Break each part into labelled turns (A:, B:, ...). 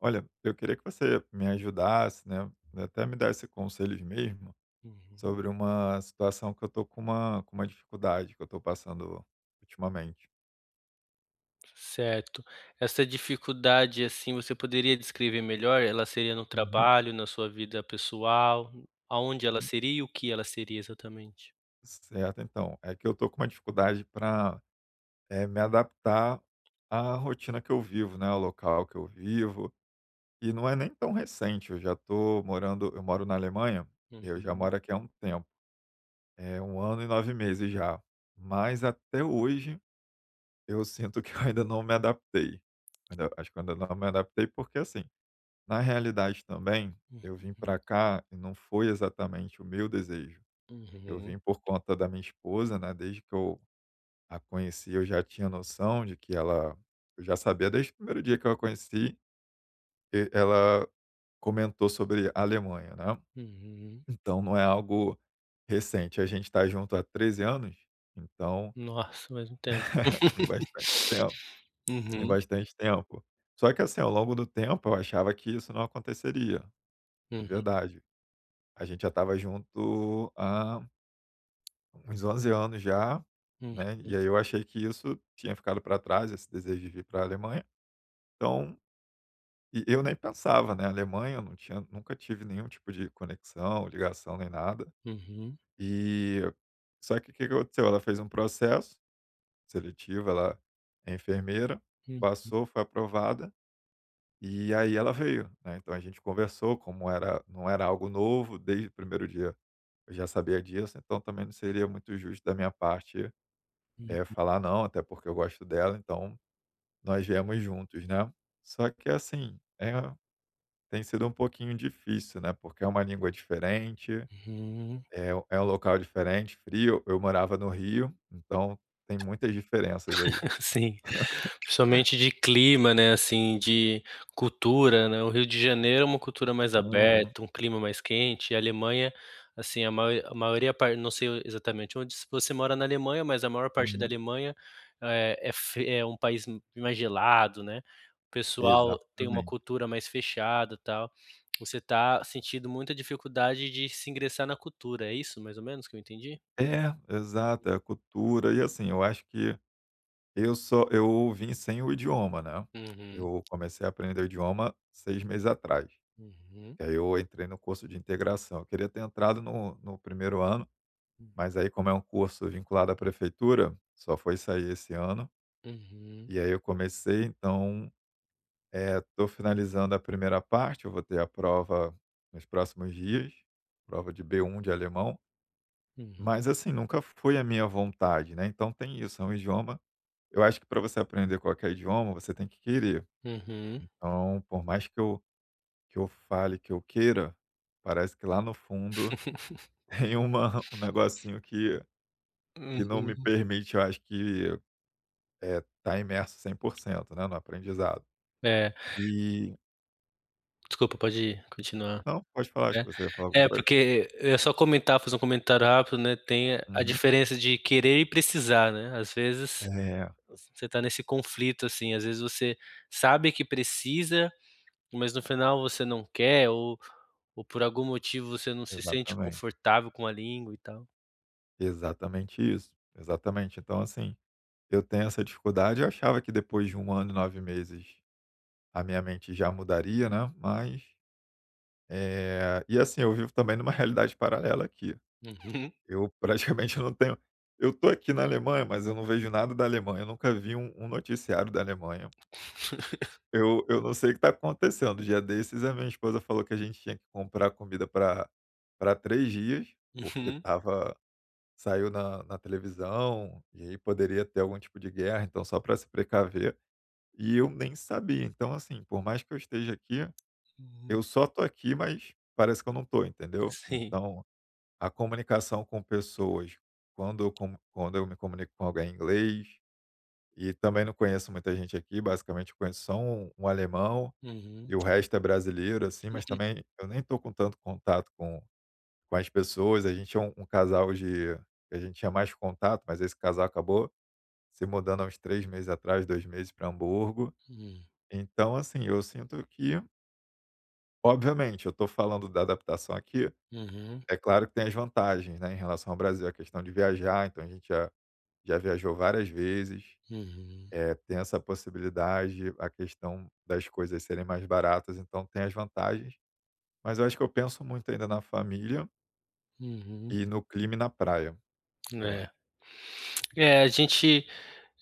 A: Olha, eu queria que você me ajudasse, né, até me desse conselhos mesmo,
B: Uhum.
A: sobre uma situação que eu tô com uma dificuldade que eu tô passando ultimamente.
B: Certo. Essa dificuldade, assim, você poderia descrever melhor? Ela seria no
A: Uhum.
B: trabalho, na sua vida pessoal? Aonde ela seria e o que ela seria exatamente?
A: Certo, então, é que eu tô com uma dificuldade para me adaptar à rotina que eu vivo, né, ao local que eu vivo, e não é nem tão recente, eu moro na Alemanha, eu já
B: Uhum,
A: moro aqui há um tempo, é 1 ano e 9 meses já, mas até hoje eu sinto que eu ainda não me adaptei. Ainda acho que eu ainda não me adaptei, porque assim, na realidade também, eu vim
B: uhum,
A: para cá e não foi exatamente o meu desejo. Eu
B: uhum,
A: vim por conta da minha esposa, né. Desde que eu a conheci, eu já tinha noção de que ela eu já sabia, desde o primeiro dia que eu a conheci, e ela comentou sobre a Alemanha, né.
B: uhum.
A: Então não é algo recente, a gente está junto há 13 anos, então
B: Nossa, mais um tempo.
A: tem bastante tempo. Tem
B: Uhum,
A: bastante tempo. Só que assim, ao longo do tempo, eu achava que isso não aconteceria, de
B: uhum,
A: verdade. A gente já estava junto há uns 11 anos já, né? E aí eu achei que isso tinha ficado para trás, esse desejo de vir para a Alemanha. Então, e eu nem pensava, né? Alemanha, eu não tinha, nunca tive nenhum tipo de conexão, ligação, nem nada.
B: uhum,
A: E só que o que que aconteceu? Ela fez um processo seletivo, ela é enfermeira,
B: uhum,
A: passou, foi aprovada. E aí ela veio, né, então a gente conversou, como era não era algo novo, desde o primeiro dia eu já sabia disso, então também não seria muito justo da minha parte,
B: uhum,
A: falar não, até porque eu gosto dela, então nós viemos juntos, né. Só que assim, tem sido um pouquinho difícil, né, porque é uma língua diferente,
B: uhum.
A: é um local diferente, frio, eu morava no Rio, então tem muitas diferenças aí.
B: Sim. Principalmente de clima, né, assim, de cultura, né, o Rio de Janeiro é uma cultura mais
A: Uhum,
B: aberta, um clima mais quente, e a Alemanha, assim, a maioria par não sei exatamente onde, se você mora na Alemanha, mas a maior parte da
A: uhum.
B: Alemanha, eh, é fre é um país mais gelado, né, o pessoal tem uma
A: Exatamente.
B: cultura mais fechada, tal. Você tá sentindo muita dificuldade de se ingressar na cultura, é isso mais ou menos que eu entendi?
A: É, exato, é a cultura e assim, eu acho que eu vim sem o idioma, né.
B: Uhum,
A: Eu comecei a aprender o idioma 6 meses atrás,
B: uhum,
A: que aí eu entrei no curso de integração. Eu queria ter entrado no primeiro ano, mas aí como é um curso vinculado à prefeitura, só foi sair esse ano,
B: uhum,
A: e aí eu comecei, então, estou finalizando a primeira parte, eu vou ter a prova nos próximos dias, prova de B1 de alemão,
B: uhum,
A: mas assim, nunca foi a minha vontade, né, então tem isso, é um idioma. Eu acho que para você aprender qualquer idioma, você tem que querer.
B: uhum,
A: Então, por mais que eu fale que eu queira, parece que lá no fundo tem uma um negocinho que não me
B: uhum.
A: permite, eu acho, que é tá imerso 100%, né, no aprendizado.
B: É,
A: E
B: desculpa, pode continuar.
A: não, pode falar, acho que você ia falar
B: É,
A: alguma
B: é
A: coisa.
B: porque eu ia só comentar, fazer um comentário rápido, né, tem a
A: Uhum.
B: diferença de querer e precisar, né, às vezes
A: É,
B: você tá nesse conflito, assim, às vezes você sabe que precisa, mas no final você não quer ou por algum motivo você não se sente
A: exatamente.
B: confortável com a língua e tal.
A: Exatamente isso, exatamente. Então, assim, eu tenho essa dificuldade, eu achava que depois de 1 ano e 9 meses a minha mente já mudaria, né, mas, e assim, eu vivo também numa realidade paralela aqui.
B: Uhum.
A: Eu praticamente não tenho eu tô aqui na Alemanha, mas eu não vejo nada da Alemanha, eu nunca vi um noticiário da Alemanha. Eu não sei o que tá acontecendo. Dia desses a minha esposa falou que a gente tinha que comprar comida para 3 dias, porque
B: Uhum,
A: tava saiu na televisão, e aí poderia ter algum tipo de guerra, então só para se precaver, e eu nem sabia. Então assim, por mais que eu esteja aqui,
B: uhum,
A: eu só tô aqui, mas parece que eu não tô, entendeu?
B: sim.
A: Então a comunicação com pessoas, quando eu me comunico com alguém em inglês, e também não conheço muita gente aqui, basicamente eu conheço só um alemão
B: Uhum,
A: e o resto é brasileiro, assim, mas
B: uhum,
A: também eu nem estou com tanto contato com as pessoas. A gente é um casal de, a gente tinha mais contato, mas esse casal acabou se mudando há uns 3 meses atrás, 2 meses, para Hamburgo. Então, assim, eu sinto que, obviamente, eu estou falando da adaptação aqui,
B: uhum,
A: é claro que tem as vantagens, né, em relação ao Brasil, a questão de viajar, então a gente já viajou várias vezes,
B: uhum,
A: tem essa possibilidade, a questão das coisas serem mais baratas, então tem as vantagens, mas eu acho que eu penso muito ainda na família
B: uhum,
A: e no clima e na praia,
B: uhum.
A: eu
B: É.
A: acho.
B: É, a gente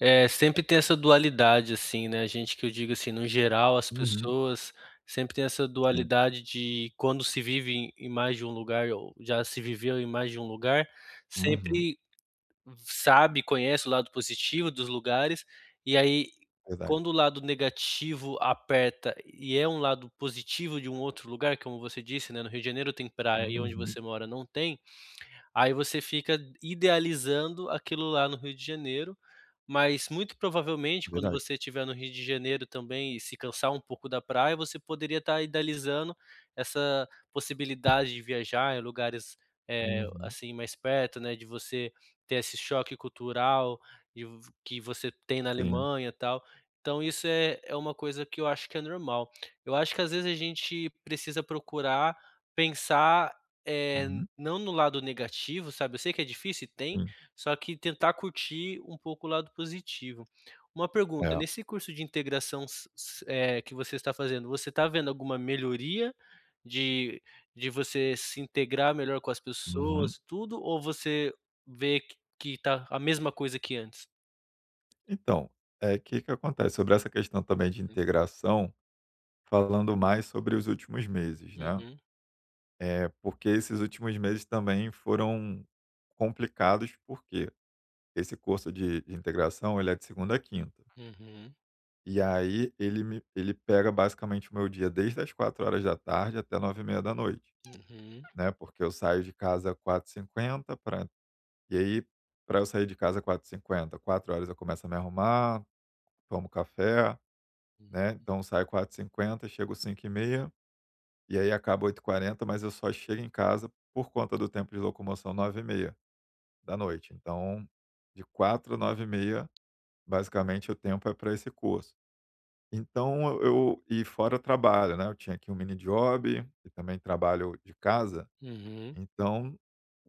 B: Sempre tem essa dualidade, assim, né, a gente, que eu digo assim, no geral as
A: Uhum,
B: pessoas sempre tem essa
A: sim.
B: dualidade de quando se vive em mais de um lugar ou já se viveu em mais de um lugar,
A: Uhum,
B: sempre sabe, conhece o lado positivo dos lugares, e aí
A: verdade.
B: quando o lado negativo aperta e é um lado positivo de um outro lugar, como você disse, né, no Rio de Janeiro tem praia e onde
A: Uhum,
B: você mora não tem. Aí você fica idealizando aquilo lá no Rio de Janeiro, mas muito provavelmente quando
A: verdade.
B: você estiver no Rio de Janeiro também e se cansar um pouco da praia, você poderia estar idealizando essa possibilidade de viajar em lugares,
A: Uhum.
B: assim, mais perto, né, de você ter esse choque cultural de v que você tem na
A: Sim,
B: Alemanha, e tal. Então isso é uma coisa que eu acho que é normal. Eu acho que às vezes a gente precisa procurar pensar, eh,
A: uhum,
B: não no lado negativo, sabe, eu sei que é difícil e tem,
A: sim.
B: só que tentar curtir um pouco o lado positivo. Uma pergunta:
A: É,
B: nesse curso de integração, que você está fazendo, você está vendo alguma melhoria de de você se integrar melhor com as
A: uhum.
B: pessoas, tudo, ou você vê que tá a mesma coisa que antes?
A: Então, que acontece, sobre essa questão também de integração, falando mais sobre os últimos meses, né.
B: Uhum,
A: É, porque esses últimos meses também foram complicados, porque esse curso de integração, ele é de segunda a quinta.
B: uhum,
A: E aí ele pega basicamente o meu dia desde as 4 horas da tarde até 9h30 da noite,
B: uhum,
A: né? Porque eu saio de casa quatro h 50 pra, e aí, para eu sair de casa quatro h 50, 4 horas eu começo a me arrumar, tomo café,
B: uhum,
A: né? Então eu saio 4h50, chego 5h30, e aí acaba oito h 40, mas eu só chego em casa, por conta do tempo de locomoção, 9h30. Da noite. Então, de 4 a 9h30, basicamente, o tempo é para esse curso. Então e fora o trabalho, né, eu tinha aqui um mini job e também trabalho de casa,
B: uhum,
A: então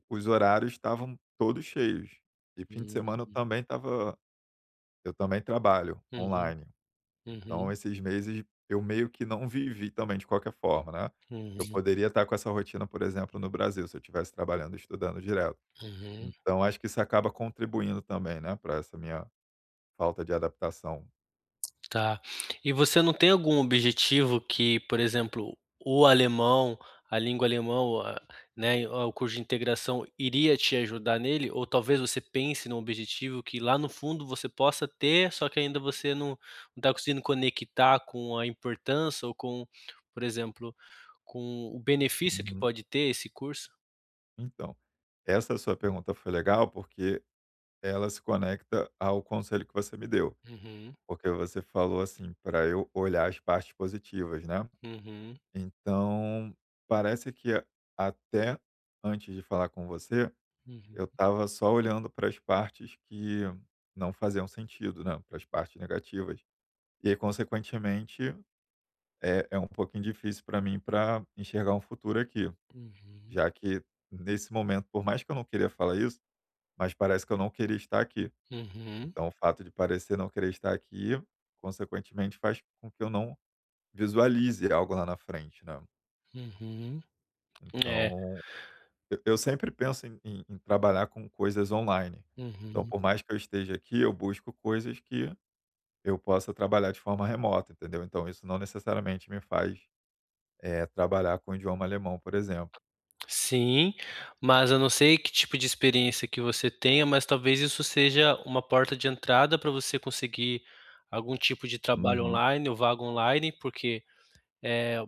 A: os horários estavam todos cheios. E fim de
B: uhum,
A: semana eu também estava eu também trabalho
B: uhum,
A: online.
B: uhum,
A: Então
B: uhum,
A: esses meses eu meio que não vivi também, de qualquer forma, né. Eu
B: uhum,
A: poderia estar com essa rotina, por exemplo, no Brasil, se eu estivesse trabalhando e estudando direto.
B: uhum.
A: Então acho que isso acaba contribuindo também, né, para essa minha falta de adaptação.
B: Tá. E você não tem algum objetivo que, por exemplo, o alemão, a língua alemão, a né, o curso de integração iria te ajudar nele? Ou talvez você pense num objetivo que lá no fundo você possa ter, só que ainda você não está conseguindo conectar com a importância ou com, por exemplo, com o benefício que
A: Uhum.
B: pode ter esse curso?
A: Então, essa sua pergunta foi legal, porque ela se conecta ao conselho que você me deu,
B: Uhum,
A: porque você falou assim, para eu olhar as partes positivas, né.
B: uhum,
A: Então, parece que até antes de falar com você,
B: uhum,
A: eu estava só olhando para as partes que não faziam sentido, né, para as partes negativas. E aí, consequentemente, é um pouquinho difícil para mim para enxergar um futuro aqui,
B: uhum,
A: já que, nesse momento, por mais que eu não queria falar isso, mas parece que eu não queria estar aqui.
B: uhum,
A: Então o fato de parecer não querer estar aqui, consequentemente, faz com que eu não visualize algo lá na frente, né.
B: uhum, é,
A: Então, eu sempre penso em trabalhar com coisas online. Então
B: uhum.
A: por mais que eu esteja aqui, eu busco coisas que eu possa trabalhar de forma remota, entendeu. Então isso não necessariamente me faz, trabalhar com o idioma alemão, por exemplo.
B: Sim, mas eu não sei que tipo de experiência que você tenha, mas talvez isso seja uma porta de entrada para você conseguir algum tipo de trabalho
A: Uhum.
B: online ou vaga online, porque, eh,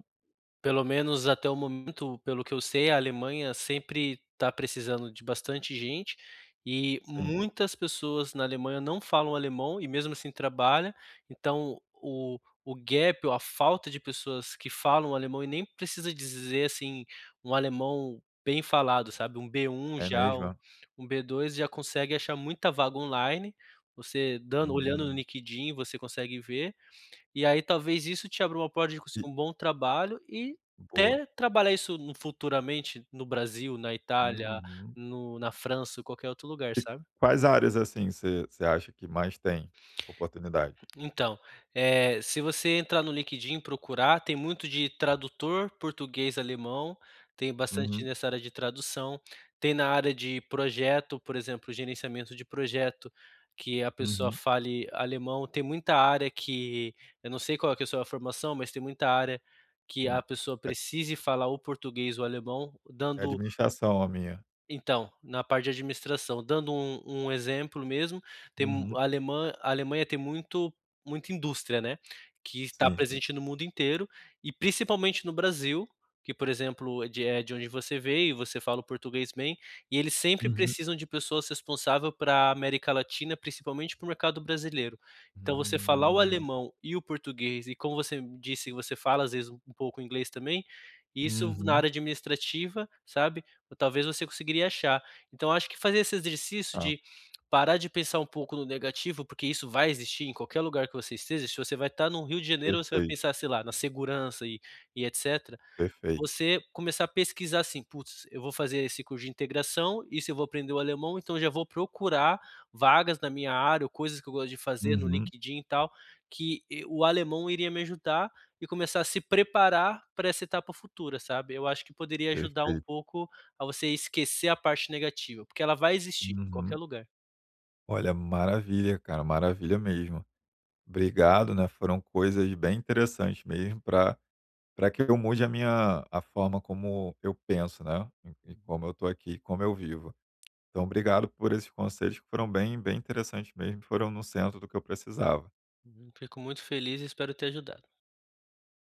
B: pelo menos até o momento, pelo que eu sei, a Alemanha sempre está precisando de bastante gente, e
A: Sim,
B: muitas pessoas na Alemanha não falam alemão e mesmo assim trabalha, então o gap ou a falta de pessoas que falam alemão e nem precisa dizer, assim, um alemão bem falado, sabe, um B1
A: é
B: já,
A: mesmo, é?
B: um B2 já consegue achar muita vaga online, você dando olhando no
A: Uhum.
B: LinkedIn, você consegue ver, e aí talvez isso te abra uma porta de
A: E
B: conseguir um bom trabalho e
A: boa.
B: até trabalhar isso no futuramente no Brasil, na Itália,
A: Uhum.
B: no na França, qualquer outro lugar,
A: E
B: sabe?
A: quais áreas, assim, você acha que mais tem oportunidade?
B: Então, eh, se você entrar no LinkedIn e procurar, tem muito de tradutor português-alemão, tem bastante
A: Uhum,
B: nessa área de tradução, tem na área de projeto, por exemplo, gerenciamento de projeto, que a pessoa
A: uhum,
B: fale alemão. Tem muita área que eu não sei qual é que é a sua formação, mas tem muita área que
A: sim.
B: a pessoa
A: É
B: precise falar o português ou alemão,
A: é
B: dando,
A: administração a minha.
B: então, na parte de administração, dando um exemplo mesmo, tem mu
A: Uhum,
B: a alemã a Alemanha tem muito muita indústria, né, que está
A: sim, sim.
B: presente no mundo inteiro e principalmente no Brasil, que, por exemplo, é de onde você veio, você fala o português bem, e eles sempre
A: Uhum.
B: precisam de pessoas responsáveis para a América Latina, principalmente para o mercado brasileiro. Então você falar o
A: Hum.
B: alemão e o português e, como você disse, você fala às vezes um pouco inglês também, isso na
A: Uhum.
B: área administrativa, sabe, ou talvez você conseguiria achar. Então acho que fazer esse exercício
A: Tá,
B: de parar de pensar um pouco no negativo, porque isso vai existir em qualquer lugar que você esteja, se você vai estar no Rio de Janeiro, você vai
A: perfeito,
B: pensar, sei lá, na segurança e etc.
A: perfeito.
B: Você começar a pesquisar assim: "Putz, eu vou fazer esse curso de integração, isso eu vou aprender o alemão, então já vou procurar vagas na minha área ou coisas que eu gosto de fazer no
A: Uhum,
B: LinkedIn e tal, que e o alemão iria me ajudar", e começar a se preparar para essa etapa futura, sabe. Eu acho que poderia ajudar um
A: perfeito.
B: pouco a você esquecer a parte negativa, porque ela vai existir, em qualquer
A: Uhum.
B: lugar.
A: Olha, maravilha, cara, maravilha mesmo. Obrigado, né, foram coisas bem interessantes mesmo para que eu mude a minha a forma como eu penso, né, e
B: Uhum,
A: como eu tô aqui, como eu vivo. Então obrigado por esses conselhos que foram bem bem interessantes mesmo, foram no centro do que eu precisava.
B: uhum. Fico muito feliz e espero ter ajudado.